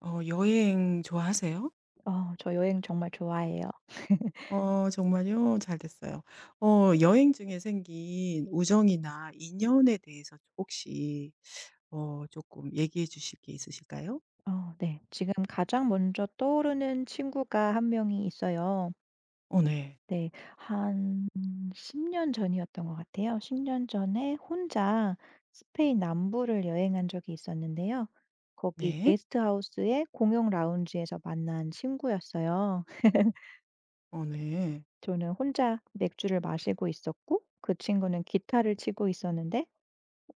여행 좋아하세요? 저 여행 정말 좋아해요. 정말요? 잘 됐어요. 여행 중에 생긴 우정이나 인연에 대해서 혹시 조금 얘기해 주실 게 있으실까요? 네. 지금 가장 먼저 떠오르는 친구가 한 명이 있어요. 네. 네. 한 10년 전이었던 것 같아요. 10년 전에 혼자 스페인 남부를 여행한 적이 있었는데요. 거기 네. 게스트하우스의 공용 라운지에서 만난 친구였어요. 네. 저는 혼자 맥주를 마시고 있었고 그 친구는 기타를 치고 있었는데,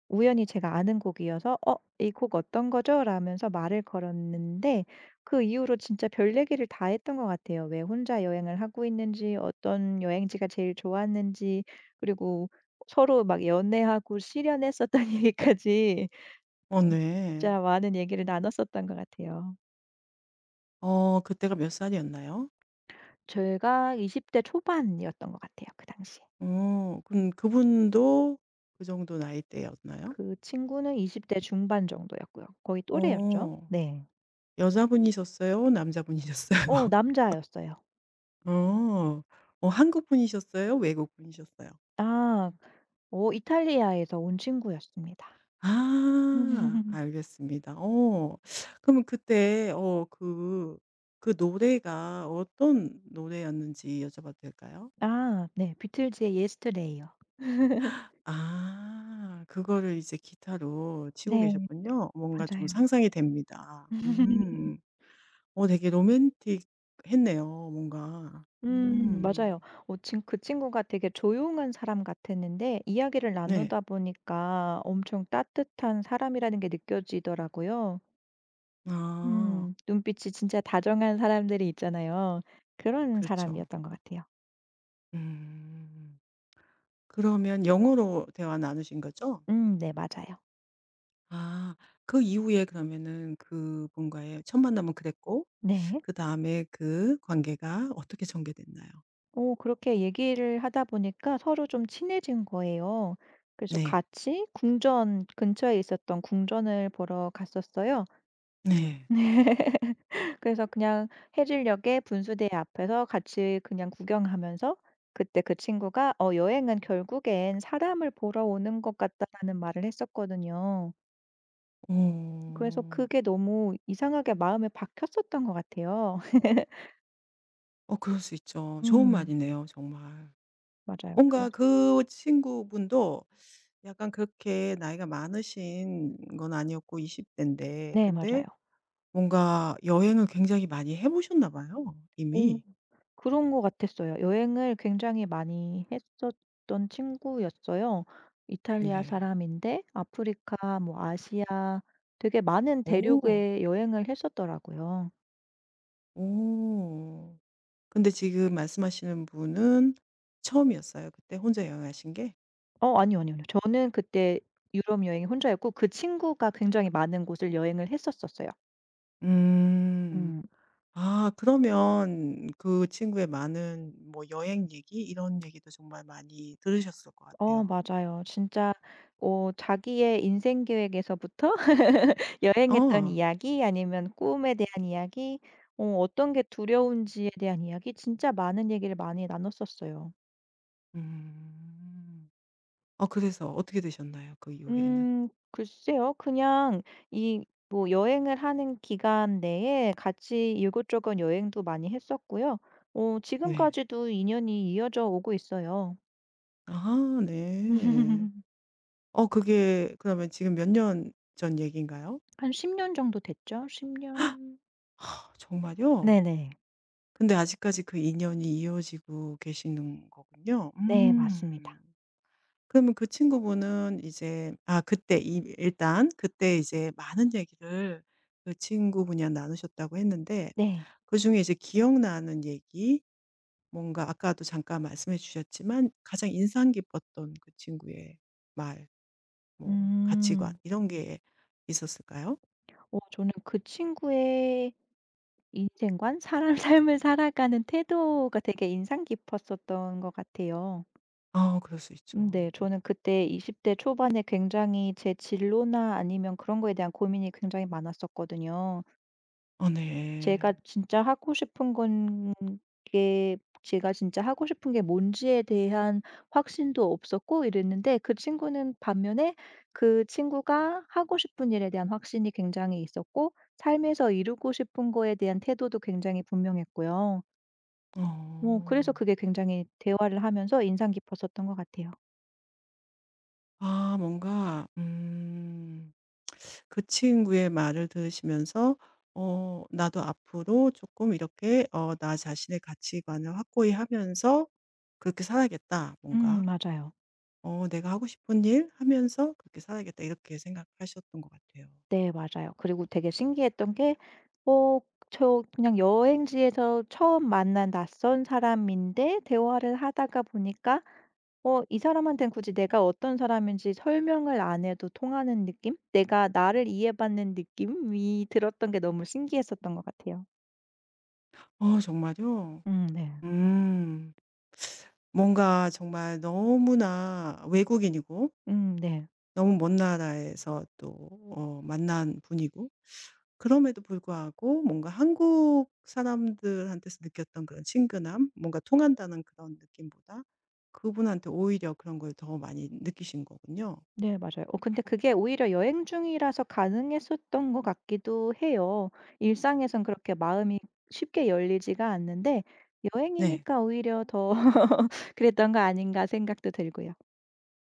우연히 제가 아는 곡이어서 "어 이 곡 어떤 거죠?" 라면서 말을 걸었는데, 그 이후로 진짜 별 얘기를 다 했던 것 같아요. 왜 혼자 여행을 하고 있는지, 어떤 여행지가 제일 좋았는지, 그리고 서로 막 연애하고 실연했었던 얘기까지, 네. 진짜 많은 얘기를 나눴었던 것 같아요. 그때가 몇 살이었나요? 제가 20대 초반이었던 것 같아요, 그 당시에. 그럼 그분도 그 정도 나이대였나요? 그 친구는 20대 중반 정도였고요. 거의 또래였죠. 어. 네. 여자분이셨어요? 남자분이셨어요? 남자였어요. 어. 한국분이셨어요? 외국분이셨어요? 아. 이탈리아에서 온 친구였습니다. 아 알겠습니다. 어. 그러면 그때 그 노래가 어떤 노래였는지 여쭤봐도 될까요? 아, 네. 비틀즈의 예스터데이요. 아, 그거를 이제 기타로 치고 네. 계셨군요. 뭔가 좀 맞아요. 상상이 됩니다. 음. 되게 로맨틱했네요 뭔가. 맞아요. 음. 어 친 그 친구가 되게 조용한 사람 같았는데, 이야기를 네. 나누다 보니까 엄청 따뜻한 사람이라는 게 느껴지더라고요. 아, 음. 눈빛이 진짜 다정한 사람들이 있잖아요. 그런 그렇죠. 사람이었던 것 같아요. 음. 그러면 영어로 대화 나누신 거죠? 네, 맞아요. 아. 그 이후에 그러면은 그분과의 첫 만남은 그랬고 네. 그다음에 그 관계가 어떻게 전개됐나요? 그렇게 얘기를 하다 보니까 서로 좀 친해진 거예요. 그래서 네. 같이 궁전 근처에 있었던 궁전을 보러 갔었어요. 네. 그래서 그냥 해질녘에 분수대 앞에서 같이 그냥 구경하면서, 그때 그 친구가 "어 여행은 결국엔 사람을 보러 오는 것 같다."라는 말을 했었거든요. 그래서 어. 그게 너무 이상하게 마음에 박혔었던 것 같아요. 그럴 수 있죠. 좋은 음 말이네요 정말. 맞아요. 뭔가 그래서. 그 친구분도 약간 그렇게 나이가 많으신 건 아니었고 20대 대인데 네, 근데 맞아요. 뭔가 여행을 굉장히 많이 해 보셨나 봐요 어. 이미. 그런 것 같았어요. 여행을 굉장히 많이 했었던 친구였어요. 이탈리아 네. 사람인데 아프리카, 뭐 아시아, 되게 많은 오. 대륙에 여행을 했었더라고요. 오. 근데 지금 말씀하시는 분은 처음이었어요, 그때 혼자 여행하신 게? 아니요, 아니요, 아니요. 저는 그때 유럽 여행이 혼자였고, 그 친구가 굉장히 많은 곳을 여행을 했었었어요. 음. 음. 아, 그러면 그 친구의 많은 뭐 여행 얘기 이런 얘기도 정말 많이 들으셨을 것 같아요. 맞아요. 진짜. 자기의 인생 계획에서부터, 여행했던 어. 이야기, 아니면 꿈에 대한 이야기, 어떤 게 두려운지에 대한 이야기, 진짜 많은 얘기를 많이 나눴었어요. 음. 그래서 어떻게 되셨나요? 그 이후에는? 글쎄요. 그냥 이 뭐 여행을 하는 기간 내에 같이 이곳저곳 여행도 많이 했었고요. 네. 지금까지도 인연이 이어져 오고 있어요. 아, 네. 그게 그러면 지금 몇 년 전 얘기인가요? 한 10년 정도 됐죠. 10년. 아, 정말요? 네네. 근데 아직까지 그 인연이 이어지고 계시는 거군요. 네, 음. 맞습니다. 그러면 그 친구분은 이제 아 그때 이 일단 그때 이제 많은 얘기를 그 친구분이랑 나누셨다고 했는데 네. 그중에 이제 기억나는 얘기 뭔가 아까도 잠깐 말씀해 주셨지만 가장 인상 깊었던 그 친구의 말, 뭐 가치관 음. 이런 게 있었을까요? 저는 그 친구의 인생관, 사람 삶을 살아가는 태도가 되게 인상 깊었었던 것 같아요. 아, 그럴 수 네. 있죠. 네. 저는 그때 20대 초반에 굉장히 제 진로나 아니면 그런 거에 대한 고민이 굉장히 많았었거든요. 네. 제가 진짜 하고 싶은 건 제가 진짜 하고 싶은 게 뭔지에 대한 확신도 없었고 이랬는데, 그 친구는 반면에 그 친구가 하고 싶은 일에 대한 확신이 굉장히 있었고, 삶에서 이루고 싶은 거에 대한 태도도 굉장히 분명했고요. 그래서 어. 그게 굉장히 대화를 하면서 인상 깊었었던 것 같아요. 아 뭔가 그 친구의 말을 들으시면서 나도 앞으로 조금 이렇게 '나 자신의 가치관을 확고히 하면서 그렇게 살아야겠다.' 뭔가 맞아요. '내가 하고 싶은 일 하면서 그렇게 살아야겠다.' 이렇게 생각하셨던 것 같아요. 네, 맞아요. 그리고 되게 신기했던 게, 어 그냥 여행지에서 처음 만난 낯선 사람인데 대화를 하다가 보니까 이 사람한테는 굳이 내가 어떤 사람인지 설명을 안 해도 통하는 느낌? 내가 나를 이해받는 느낌이 들었던 게 너무 신기했었던 것 같아요. 정말요? 네. 음. 뭔가 정말 너무나 외국인이고 네. 너무 먼 나라에서 또 만난 분이고 그럼에도 불구하고 뭔가 한국 사람들한테서 느꼈던 그런 친근함, 뭔가 통한다는 그런 느낌보다 그분한테 오히려 그런 걸 더 많이 느끼신 거군요. 네, 맞아요. 근데 그게 오히려 여행 중이라서 가능했었던 것 같기도 해요. 일상에선 그렇게 마음이 쉽게 열리지가 않는데, 네. 여행이니까 오히려 더 그랬던 거 아닌가 생각도 들고요.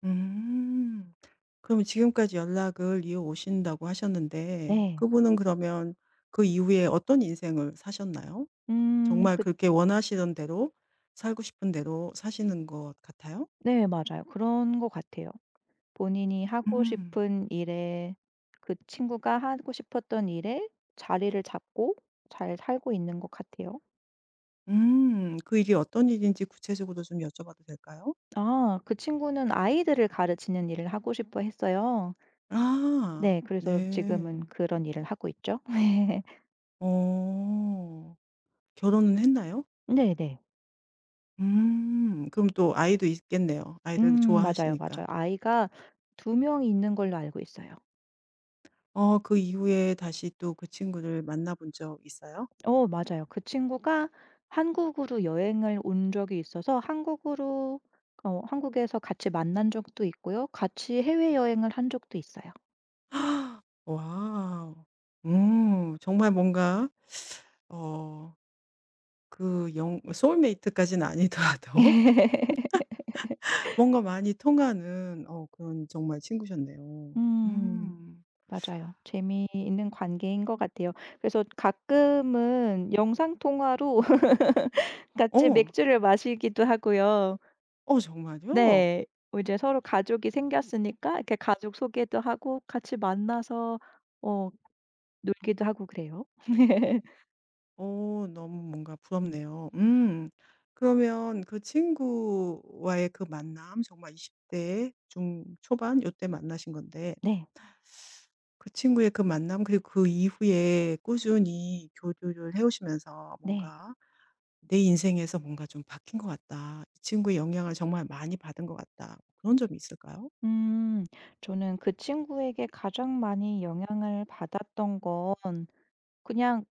음. 그러면 지금까지 연락을 이어오신다고 하셨는데 네. 그분은 그러면 그 이후에 어떤 인생을 사셨나요? 음 정말 그 그렇게 원하시던 대로 살고 싶은 대로 사시는 것 같아요? 네, 맞아요. 그런 것 같아요. 본인이 하고 음. 싶은 일에 그 친구가 하고 싶었던 일에 자리를 잡고 잘 살고 있는 것 같아요. 음. 그 일이 어떤 일인지 구체적으로 좀 여쭤봐도 될까요? 아, 그 친구는 아이들을 가르치는 일을 하고 싶어 했어요. 아. 네. 그래서 지금은 네. 그런 일을 하고 있죠. 어. 결혼은 했나요? 네네. 음. 그럼 또 아이도 있겠네요. 아이를 맞아요, 좋아하시니까. 맞아요. 아이가 두 명이 있는 걸로 알고 있어요. 그 이후에 다시 또 그 친구를 만나본 적 있어요? 맞아요. 그 친구가 한국으로 여행을 온 적이 있어서, 한국으로 어 한국에서 같이 만난 적도 있고요. 같이 해외여행을 한 적도 있어요. 와우. 음. 정말 뭔가 어 영 소울메이트까지는 아니더라도 뭔가 많이 통하는 그런 정말 친구셨네요. 음 음. 맞아요. 재미있는 관계인 것 같아요. 그래서 가끔은 영상통화로 같이 어. 맥주를 마시기도 하고요. 정말요? 네. 이제 서로 가족이 생겼으니까 이렇게 가족 소개도 하고 같이 만나서 어 놀기도 하고 그래요. 너무 뭔가 부럽네요. 음. 그러면 그 친구와의 그 만남 정말 20대 대 중초반 요때 만나신 건데 네. 그 친구의 그 만남 그리고 그 이후에 꾸준히 교류를 해 오시면서 네. 뭔가 '내 인생에서 뭔가 좀 바뀐 것 같다. 이 친구의 영향을 정말 많이 받은 것 같다.' 그런 점이 있을까요? 음. 저는 그 친구에게 가장 많이 영향을 받았던 건 그냥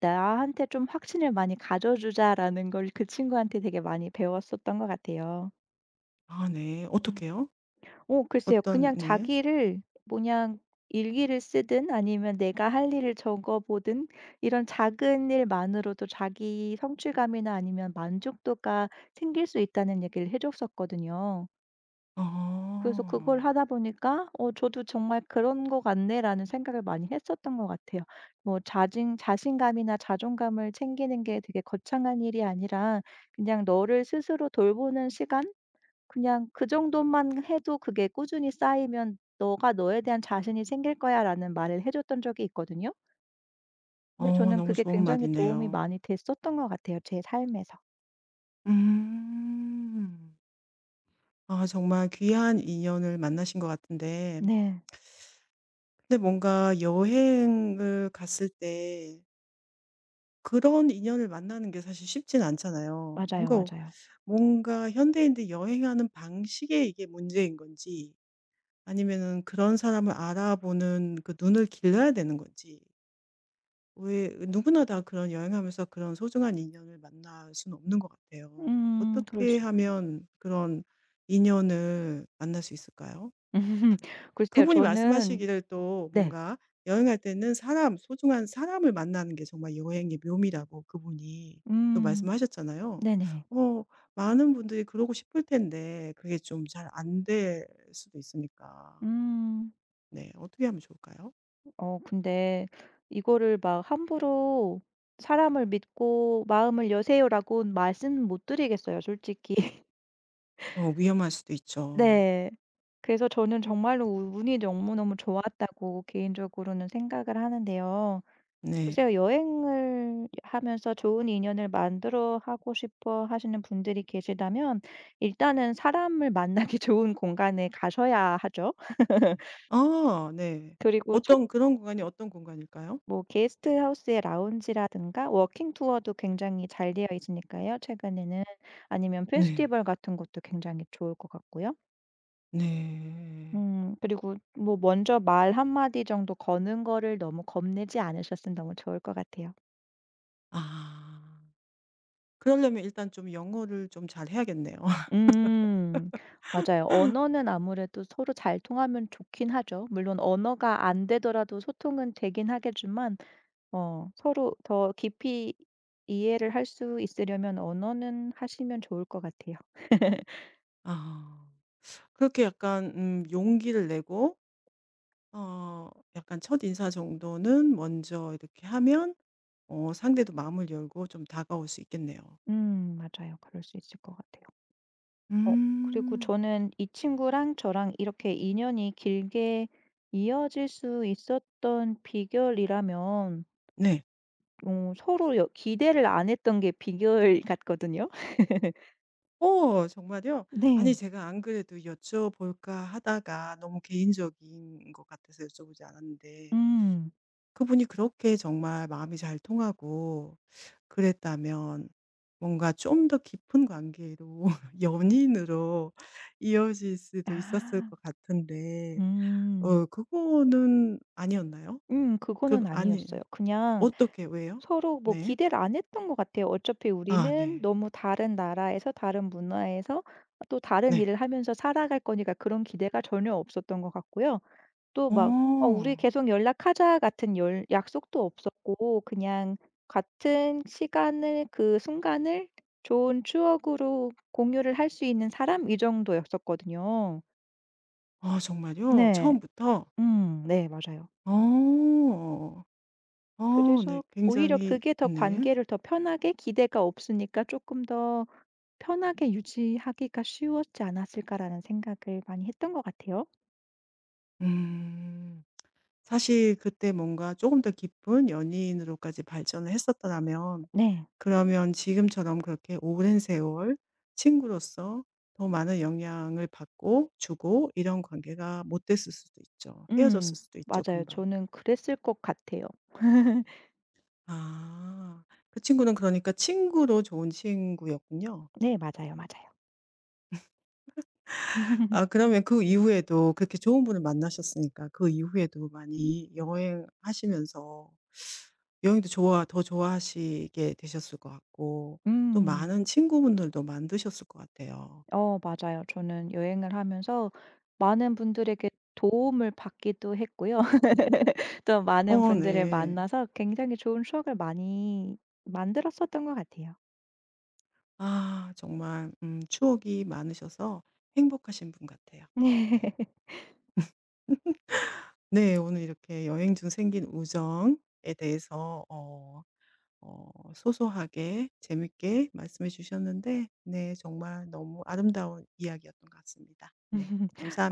'나한테 좀 확신을 많이 가져 주자.'라는 걸 그 친구한테 되게 많이 배웠었던 것 같아요. 아, 네. 어떻게요? 글쎄요. 어떤 그냥 네. 자기를 뭐냥 일기를 쓰든, 아니면 내가 할 일을 적어 보든, 이런 작은 일만으로도 자기 성취감이나 아니면 만족도가 생길 수 있다는 얘기를 해 줬었거든요. 그래서 그걸 어. 하다 보니까 '어 저도 정말 그런 것 같네.'라는 생각을 많이 했었던 것 같아요. 뭐 자진 자신감이나 자존감을 챙기는 게 되게 거창한 일이 아니라, 그냥 너를 스스로 돌보는 시간? 그냥 그 정도만 해도 그게 꾸준히 쌓이면 "너가 너에 대한 자신이 생길 거야."라는 말을 해 줬던 적이 있거든요. 근데 저는 너무 그게 좋은 굉장히 도움이 말이네요. 많이 됐었던 것 같아요, 제 삶에서. 음. 아, 정말 귀한 인연을 만나신 것 같은데 네. 근데 뭔가 여행을 갔을 때 그런 인연을 만나는 게 사실 쉽진 않잖아요. 맞아요, 뭔가 맞아요. 뭔가 현대인들 여행하는 방식에 이게 문제인 건지 아니면은 그런 사람을 알아보는 그 눈을 길러야 되는 건지 왜 누구나 다 그런 여행하면서 그런 소중한 인연을 만날 수는 없는 것 같아요. 그럴 어떻게 수 있죠. 하면 그런 인연을 만날 수 있을까요? 글쎄요. 그분이 저는. 말씀하시기를 또 네. 뭔가 여행할 때는 사람, 소중한 사람을 만나는 게 정말 여행의 묘미라고 그분이 또 음 말씀하셨잖아요. 네네. 어, 많은 분들이 그러고 싶을 텐데 그게 좀 잘 안 될 수도 있으니까. 음. 네, 어떻게 하면 좋을까요? 근데 이거를 막 함부로 "사람을 믿고 마음을 여세요라고 말씀 못 드리겠어요, 솔직히. 위험할 수도 있죠. 네. 그래서 저는 정말로 우 운이 너무너무 좋았다고 개인적으로는 생각을 하는데요. 네. 글쎄요, 여행을 하면서 좋은 인연을 만들어 하고 싶어 하시는 분들이 계시다면 일단은 사람을 만나기 좋은 공간에 가셔야 하죠. 아, 네. 그리고 첫. 어떤 그런 공간이 어떤 공간일까요? 뭐 게스트 하우스의 라운지라든가 워킹 투어도 굉장히 잘 되어 있으니까요, 최근에는. 아니면 네. 페스티벌 같은 것도 굉장히 좋을 것 같고요. 네. 그리고 뭐 먼저 말 한 마디 정도 거는 거를 너무 겁내지 않으셨으면 너무 좋을 것 같아요. 아. 그러려면 일단 좀 영어를 좀 잘 해야겠네요. 음. 맞아요. 언어는 아무래도 서로 잘 통하면 좋긴 하죠. 물론 언어가 안 되더라도 소통은 되긴 하겠지만, 서로 더 깊이 이해를 할 수 있으려면 언어는 하시면 좋을 것 같아요. 아. 그렇게 약간 용기를 내고 어 약간 첫인사 정도는 먼저 이렇게 하면 상대도 마음을 열고 좀 다가올 수 있겠네요. 맞아요. 그럴 수 있을 것 같아요. 어 그리고 음. 저는 이 친구랑 저랑 이렇게 인연이 길게 이어질 수 있었던 비결이라면, 네. 서로 여 기대를 안 했던 게 비결 같거든요. 정말요? 아니, 네. 제가 안 그래도 여쭤볼까 하다가 너무 개인적인 것 같아서 여쭤보지 않았는데 음. 그분이 그렇게 정말 마음이 잘 통하고 그랬다면 뭔가 좀 더 깊은 관계로 연인으로 이어질 수도 있었을 아. 것 같은데 음. 그거는 아니었나요? 그 그거는 아니 아니었어요. 그냥 어떻게 왜요? 서로 뭐 네. 기대를 안 했던 것 같아요. 어차피 아, 우리는 네. 너무 다른 나라에서, 다른 문화에서 또 다른 네. 일을 하면서 살아갈 거니까 그런 기대가 전혀 없었던 것 같고요. 또 막 "어 우리 어. 계속 연락하자." 같은 열 약속도 없었고, 그냥 같은 시간을 그 순간을 좋은 추억으로 공유를 할 수 있는 사람, 이 정도였었거든요. 아, 정말요? 네. 처음부터? 네, 맞아요. 어. 네. 그래서 오히려 굉장히 그게 더 네. 관계를 더 편하게, 기대가 없으니까 조금 더 편하게 유지하기가 쉬웠지 않았을까라는 생각을 많이 했던 것 같아요. 음. 사실 그때 뭔가 조금 더 깊은 연인으로까지 발전을 했었더라면 네. 그러면 지금처럼 그렇게 오랜 세월 친구로서 더 많은 영향을 받고 주고 이런 관계가 못 됐을 수도 있죠. 음 헤어졌을 수도 있죠 맞아요. 금방. 저는 그랬을 것 같아요. 아. 그 친구는 그러니까 친구로 좋은 친구였군요. 네, 맞아요, 맞아요. 아, 그러면 그 이후에도 그렇게 좋은 분을 만나셨으니까 그 이후에도 많이 여행하시면서 여행도 좋아 더 좋아하시게 되셨을 것 같고 또 음. 많은 친구분들도 만드셨을 것 같아요. 맞아요. 저는 여행을 하면서 많은 분들에게 도움을 받기도 했고요. 또 많은 분들을 네. 만나서 굉장히 좋은 추억을 많이 만들었었던 것 같아요. 아 정말 추억이 많으셔서 행복하신 분 같아요. 네. 네, 오늘 이렇게 여행 중 생긴 우정에 대해서 소소하게 재밌게 말씀해 주셨는데 네, 정말 너무 아름다운 이야기였던 것 같습니다. 네.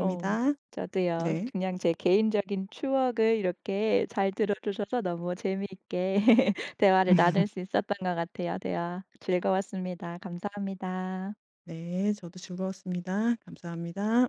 어. 저도요. 네. 그냥 제 개인적인 추억을 이렇게 잘 들어 주셔서 너무 재미있게 대화를 나눌 수 있었던 것 같아요. 대화 즐거웠습니다. 감사합니다. 네, 저도 즐거웠습니다. 감사합니다.